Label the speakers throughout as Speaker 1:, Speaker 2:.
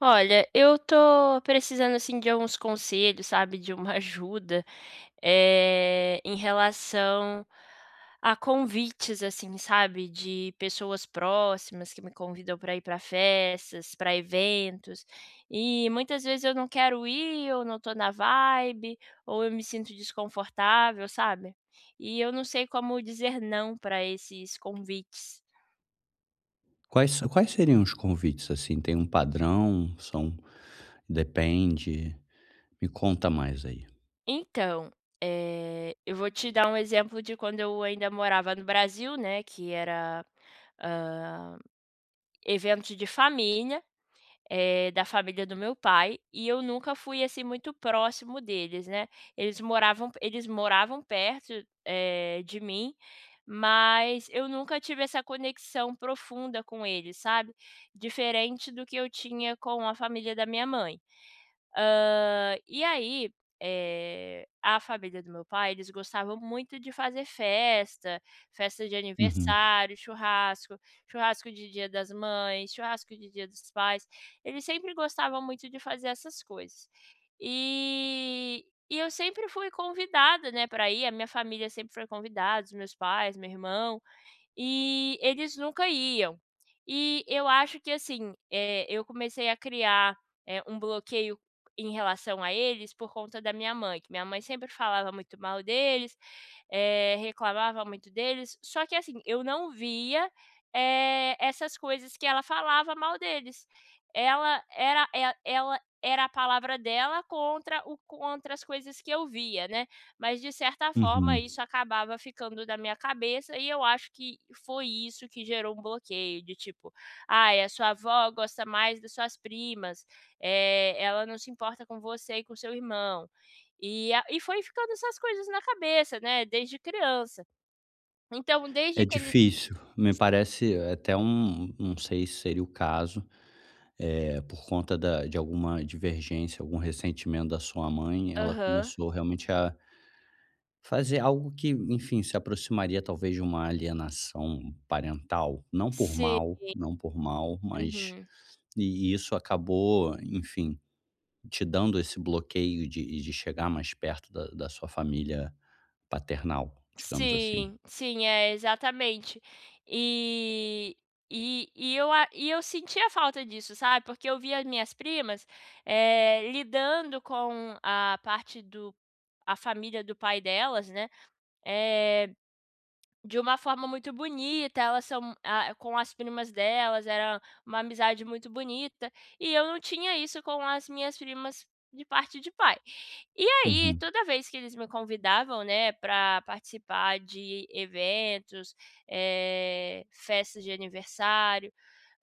Speaker 1: Olha, eu tô precisando assim de alguns conselhos, sabe, de uma ajuda, em relação a convites, assim, sabe, de pessoas próximas que me convidam para ir para festas, para eventos, e muitas vezes eu não quero ir, eu não tô na vibe, ou eu me sinto desconfortável, sabe? E eu não sei como dizer não para esses convites.
Speaker 2: Quais seriam os convites, assim? Tem um padrão? São depende? Me conta mais aí.
Speaker 1: Então, eu vou te dar um exemplo de quando eu ainda morava no Brasil, né, que era, hã, evento de família, da família do meu pai, e eu nunca fui, assim, muito próximo deles, né. Eles moravam perto, de mim, mas eu nunca tive essa conexão profunda com eles, sabe. Diferente do que eu tinha com a família da minha mãe. E aí, a família do meu pai, eles gostavam muito de fazer festa, festa de
Speaker 2: Uhum,
Speaker 1: aniversário, churrasco, churrasco de Dia das Mães, churrasco de Dia dos Pais, eles sempre gostavam muito de fazer essas coisas. E eu sempre fui convidada, né, para ir, a minha família sempre foi convidada, os meus pais, meu irmão. E eles nunca iam. E eu acho que, assim, eu comecei a criar, um bloqueio em relação a eles por conta da minha mãe, que minha mãe sempre falava muito mal deles, reclamava muito deles, só que assim, eu não via, essas coisas que ela falava mal deles. Ela era a palavra dela contra o contra as coisas que eu via, né, mas de certa forma
Speaker 2: uhum.
Speaker 1: isso acabava ficando na minha cabeça e eu acho que foi isso que gerou um bloqueio de tipo: "Ai, a sua avó gosta mais das suas primas, ela não se importa com você e com seu irmão". E foi ficando essas coisas na cabeça, né, desde criança. Então
Speaker 2: É
Speaker 1: desde que eles.
Speaker 2: difícil. Me parece até não sei se seria o caso, por conta da de alguma divergência, algum ressentimento da sua mãe, ela
Speaker 1: Aham.
Speaker 2: começou realmente a fazer algo que, enfim, se aproximaria talvez de uma alienação parental, não por
Speaker 1: Sim,
Speaker 2: mal, não por mal, mas
Speaker 1: uhum.
Speaker 2: e isso acabou, enfim, te dando esse bloqueio de chegar mais perto da sua família paternal, digamos assim.
Speaker 1: Sim, sim, é, exatamente. E e eu sentia falta disso, sabe, porque eu via as minhas primas, lidando com a parte do a família do pai delas, né, eh De uma forma muito bonita, elas são ah, é, com as primas delas, era uma amizade muito bonita, e eu não tinha isso com as minhas primas de parte de pai. E aí,
Speaker 2: Uhum,
Speaker 1: toda vez que eles me convidavam, né, para participar de eventos, festas de aniversário,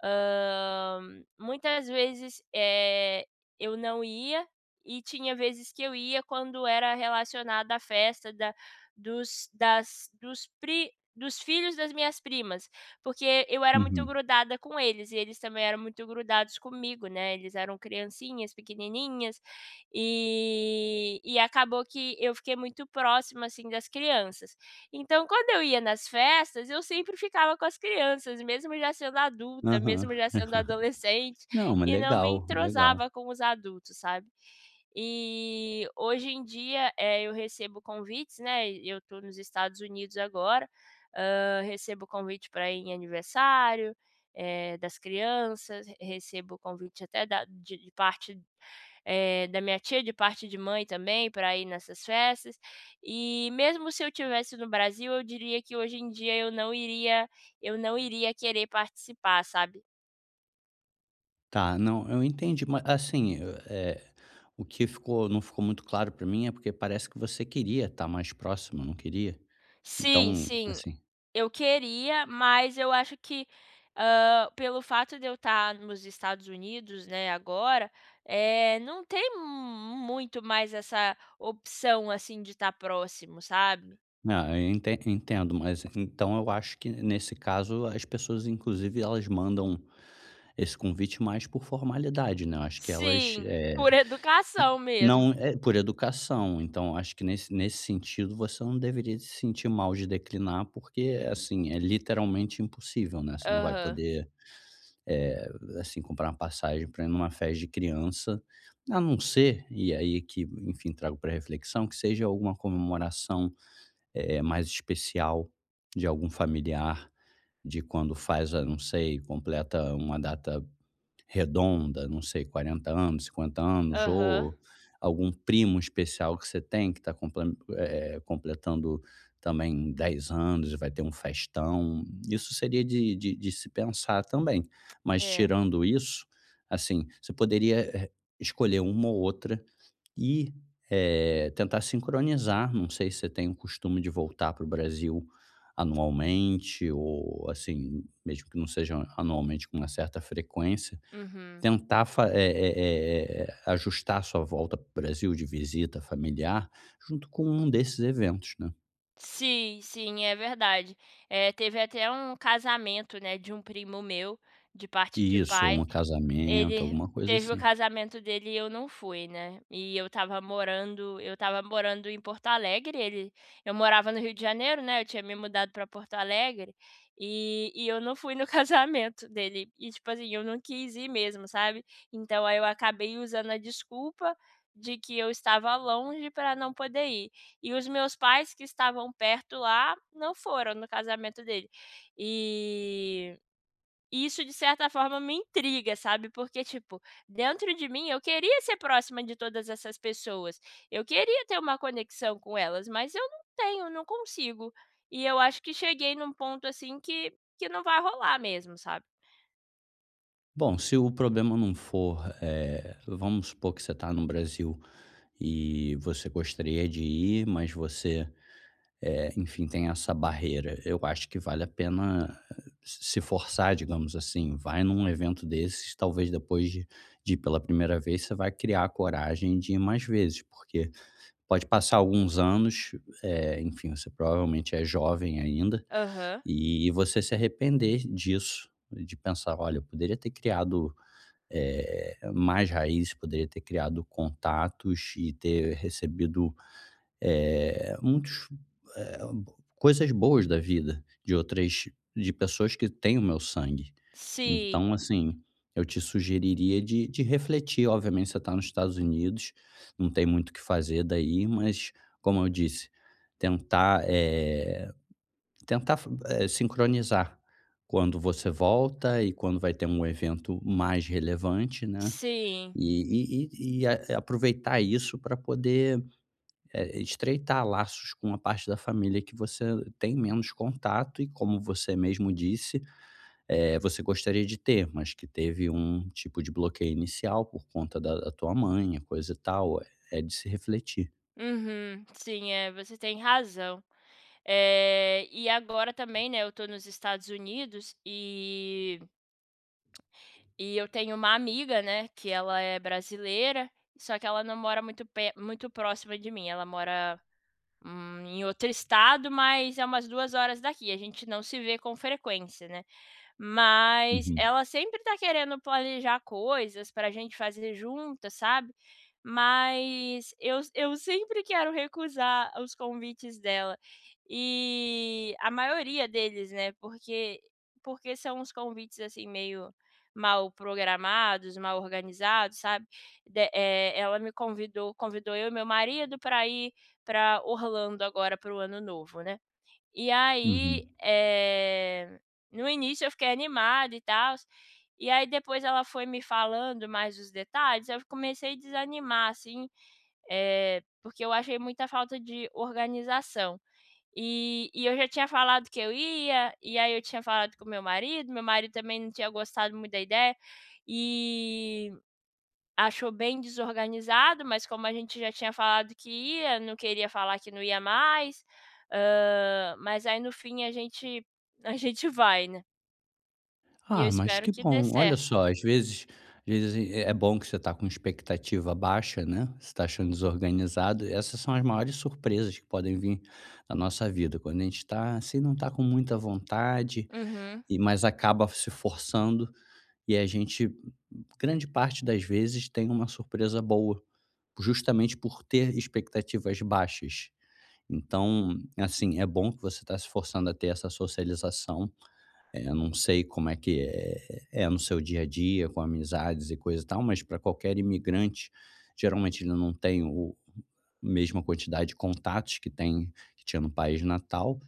Speaker 1: hã, muitas vezes, eu não ia, e tinha vezes que eu ia quando era relacionado à festa da dos das dos pri dos filhos das minhas primas, porque eu era muito
Speaker 2: uhum.
Speaker 1: grudada com eles e eles também eram muito grudados comigo, né, eles eram criancinhas pequenininhas, e acabou que eu fiquei muito próxima, assim, das crianças. Então quando eu ia nas festas, eu sempre ficava com as crianças, mesmo já sendo adulta,
Speaker 2: Aham.
Speaker 1: mesmo já sendo adolescente,
Speaker 2: Não, mas
Speaker 1: e não me
Speaker 2: legal, legal.
Speaker 1: entrosava com os adultos, sabe. E hoje em dia, eu recebo convites, né, eu estou nos Estados Unidos agora, recebo convite para ir em aniversário, das crianças, recebo convite até da de parte, da minha tia, de parte de mãe também, para ir nessas festas. E mesmo se eu tivesse no Brasil, eu diria que hoje em dia eu não iria querer participar, sabe.
Speaker 2: Tá, não, eu entendi, mas assim, o que ficou não ficou muito claro pra mim é porque parece que você queria estar mais próximo, não queria?
Speaker 1: Sim,
Speaker 2: Então,
Speaker 1: sim.
Speaker 2: assim,
Speaker 1: Eu queria, mas eu acho que, pelo fato de eu estar nos Estados Unidos, né, agora, não tem muito mais essa opção, assim, de estar próximo, sabe.
Speaker 2: não, eu entendo, mas então eu acho que nesse caso as pessoas inclusive elas mandam esse convite mais por formalidade, né, eu acho que elas,
Speaker 1: Sim,
Speaker 2: eh
Speaker 1: por
Speaker 2: E
Speaker 1: educação mesmo.
Speaker 2: não, é por educação, então acho que nesse sentido você não deveria se sentir mal de declinar, porque, assim, é literalmente impossível, né, você não vai
Speaker 1: Aham,
Speaker 2: poder, eh, assim, comprar uma passagem para ir numa festa de criança, a não ser, e aí que, enfim, trago para reflexão, que seja alguma comemoração, mais especial de algum familiar, de quando faz, ah, não sei, completa uma data redonda, não sei, 40 anos, 50 anos,
Speaker 1: aham.
Speaker 2: ou algum primo especial que você tem que está completando também 10 anos e vai ter um festão. Isso seria de se pensar também, mas
Speaker 1: É,
Speaker 2: tirando isso, assim, você poderia, escolher uma ou outra e, tentar sincronizar, não sei se você tem o costume de voltar para o Brasil anualmente ou, assim, mesmo que não seja anualmente, com uma certa frequência.
Speaker 1: uhum.
Speaker 2: Tentar fa eh eh eh, Ajustar a sua volta para o Brasil de visita familiar, junto com um desses eventos, né.
Speaker 1: Sim, sim, é verdade. Teve até um casamento, né, de um primo meu, de parte de
Speaker 2: Isso,
Speaker 1: pai.
Speaker 2: um casamento,
Speaker 1: Ele
Speaker 2: alguma coisa
Speaker 1: teve o
Speaker 2: assim.
Speaker 1: casamento dele e eu não fui, né, e eu estava morando em Porto Alegre, ele eu morava no Rio de Janeiro, né, eu tinha me mudado pra Porto Alegre, e eu não fui no casamento dele, e tipo assim, eu não quis ir mesmo, sabe. Então aí eu acabei usando a desculpa de que eu estava longe pra não poder ir. E os meus pais que estavam perto lá, não foram no casamento dele. E e isso de certa forma me intriga, sabe, porque, tipo, dentro de mim eu queria ser próxima de todas essas pessoas, eu queria ter uma conexão com elas, mas eu não tenho, não consigo. E eu acho que cheguei num ponto, assim, que não vai rolar mesmo, sabe.
Speaker 2: Bom, se o problema não for, vamos supor que você está no Brasil e você gostaria de ir, mas você, enfim, tem essa barreira. Eu acho que vale a pena se forçar, digamos assim. Vai num evento desses, talvez depois de ir pela primeira vez, você vai criar a coragem de ir mais vezes, porque pode passar alguns anos, você provavelmente é jovem ainda,
Speaker 1: Aham.
Speaker 2: e você se arrepender disso, de pensar: "Olha, eu poderia ter criado, mais raízes, poderia ter criado contatos e ter recebido eh, muitos, eh, coisas boas da vida, de pessoas que têm o meu sangue.
Speaker 1: Sim,
Speaker 2: Então, assim, eu te sugeriria de refletir. Obviamente, você está nos Estados Unidos, não tem muito o que fazer daí, mas, como eu disse, tentar, tentar sincronizar quando você volta e quando vai ter um evento mais relevante, né,
Speaker 1: sim.
Speaker 2: e e e a aproveitar isso para poder, estreitar laços com a parte da família que você tem menos contato e, como você mesmo disse, você gostaria de ter, mas que teve um tipo de bloqueio inicial por conta da tua mãe, coisa e tal. É é de se refletir.
Speaker 1: Uhum. Sim, é, você tem razão. E agora também, né, eu tô nos Estados Unidos e eu tenho uma amiga, né, que ela é brasileira, só que ela não mora muito próxima de mim, ela mora, em outro estado, mas é umas 2 horas daqui, a gente não se vê com frequência, né. Mas
Speaker 2: Uhum,
Speaker 1: ela sempre tá querendo planejar coisas pra gente fazer juntas, sabe. Mas eu sempre quero recusar os convites dela. E a maioria deles, né, porque são uns convites, assim, meio mal programados, mal organizados, sabe. Ela me convidou eu e meu marido para ir para Orlando agora para o ano novo, né. E aí,
Speaker 2: uhum.
Speaker 1: no início eu fiquei animada e tal e aí depois ela foi me falando mais os detalhes, eu comecei a desanimar, assim, porque eu achei muita falta de organização. E eu já tinha falado que eu ia, e aí eu tinha falado com meu marido também não tinha gostado muito da ideia, e achou bem desorganizado, mas como a gente já tinha falado que ia, não queria falar que não ia mais, mas aí no fim a gente a gente vai, né. E eu
Speaker 2: Ah, mas
Speaker 1: espero
Speaker 2: que
Speaker 1: que dê
Speaker 2: bom. Olha
Speaker 1: certo.
Speaker 2: só, às vezes é bom que você está com expectativa baixa, né, você tá achando desorganizado. Essas são as maiores surpresas que podem vir na nossa vida, quando a gente está assim, não está com muita vontade,
Speaker 1: Uhum.
Speaker 2: e mas acaba se forçando e a gente, grande parte das vezes, tem uma surpresa boa, justamente por ter expectativas baixas. Então, assim, é bom que você está se forçando a ter essa socialização, eu não sei como é que é no seu dia a dia, com amizades e coisa e tal, mas para qualquer imigrante, geralmente ele não tem o a mesma quantidade de contatos que tinha no país natal,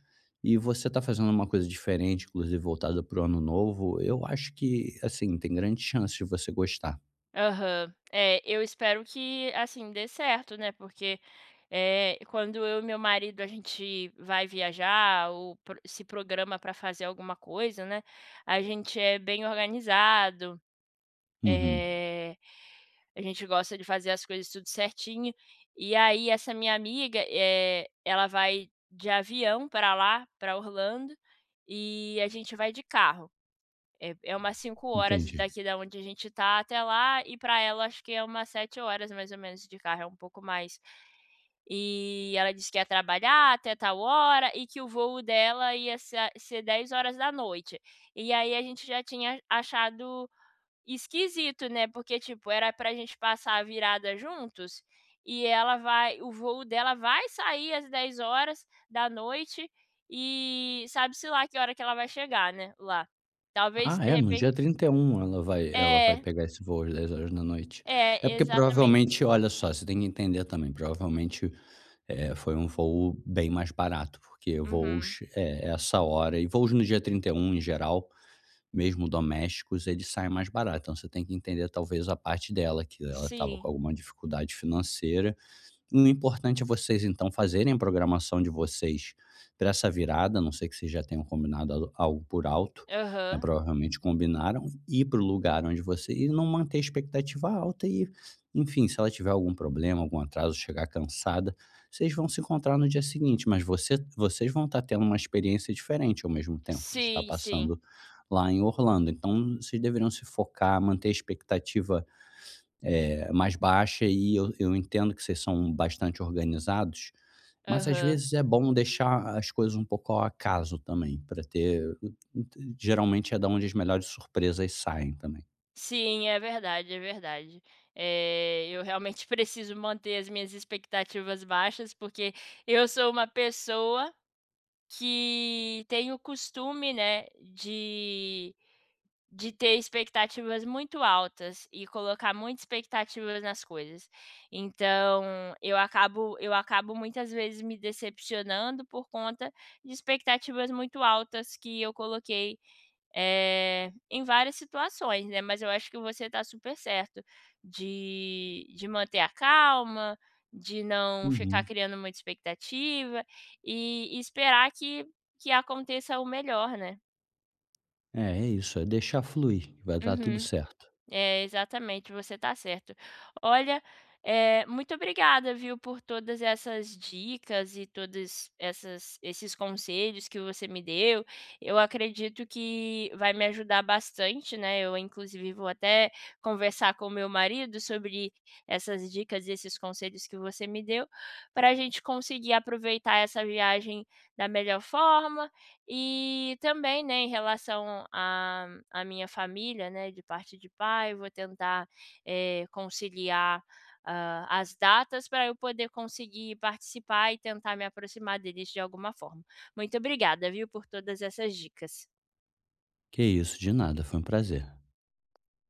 Speaker 2: e você está fazendo uma coisa diferente, inclusive voltada para o ano novo, eu acho que, assim, tem grande chance de você gostar.
Speaker 1: Aham. É, eu espero que, assim, dê certo, né, porque, quando eu e meu marido a gente vai viajar ou pro se programa pra fazer alguma coisa, né, a gente é bem organizado.
Speaker 2: Uhum,
Speaker 1: Eh, a gente gosta de fazer as coisas tudo certinho. E aí essa minha amiga, é ela vai de avião para lá, para Orlando, e a gente vai de carro. É umas 5 horas
Speaker 2: entendi.
Speaker 1: daqui da onde a gente tá até lá, e para ela acho que é umas 7 horas mais ou menos de carro, é um pouco mais. E ela disse que ia trabalhar até tal hora e que o voo dela ia ser 10 horas da noite. E aí a gente já tinha achado esquisito, né, porque, tipo, era pra gente passar a virada juntos, e ela vai o voo dela vai sair às 10 horas da noite e sabe-se lá que hora que ela vai chegar, né, lá. Talvez
Speaker 2: Ah,
Speaker 1: de
Speaker 2: é, no dia
Speaker 1: repente.
Speaker 2: 31 ela vai
Speaker 1: É,
Speaker 2: pegar esse voo às 10 horas da noite. É
Speaker 1: é,
Speaker 2: porque
Speaker 1: exatamente.
Speaker 2: provavelmente olha só, você tem que entender também, provavelmente, foi um voo bem mais barato, porque
Speaker 1: Uhum.
Speaker 2: voos, é essa hora e voos no dia 31 em geral, mesmo domésticos, eles saem mais barato, então você tem que entender talvez a parte dela, que ela estava com
Speaker 1: Sim.
Speaker 2: alguma dificuldade financeira. O importante é vocês, então, fazerem a programação de vocês para essa virada, a não sei que vocês já tenham combinado al algo por alto, né,
Speaker 1: Aham.
Speaker 2: provavelmente combinaram, ir para o lugar onde você e não manter a expectativa alta e, enfim, se ela tiver algum problema, algum atraso, chegar cansada, vocês vão se encontrar no dia seguinte, mas você vocês vão estar tendo uma experiência diferente ao mesmo tempo de estar
Speaker 1: Sim, sim.
Speaker 2: passando lá em Orlando. Então, vocês deveriam se focar, manter a expectativa, mais baixa e eu entendo que vocês são bastante organizados, mas às
Speaker 1: Aham.
Speaker 2: vezes é bom deixar as coisas um pouco ao acaso também, para ter geralmente é da onde as melhores surpresas saem também.
Speaker 1: Sim, é verdade, é verdade. Eu realmente preciso manter as minhas expectativas baixas, porque eu sou uma pessoa que tem o costume, né, de ter expectativas muito altas e colocar muitas expectativas nas coisas. Então, eu acabo muitas vezes me decepcionando por conta de expectativas muito altas que eu coloquei em várias situações, né, mas eu acho que você está super certo de manter a calma, de não ficar
Speaker 2: Uhum.
Speaker 1: criando muita expectativa e esperar que aconteça o melhor, né.
Speaker 2: É, é isso, é deixar fluir, vai dar tudo
Speaker 1: Uhum.
Speaker 2: certo.
Speaker 1: É, exatamente, você tá certo. Olha, muito obrigada, viu, por todas essas dicas e todos essas esses conselhos que você me deu. Eu acredito que vai me ajudar bastante, né, eu inclusive vou até conversar com o meu marido sobre essas dicas e esses conselhos que você me deu, para a gente conseguir aproveitar essa viagem da melhor forma e também, né, em relação à minha família, né, de parte de pai, vou tentar, conciliar, as datas para eu poder conseguir participar e tentar me aproximar deles de alguma forma. Muito obrigada, viu, por todas essas dicas.
Speaker 2: Que isso, de nada, foi um prazer.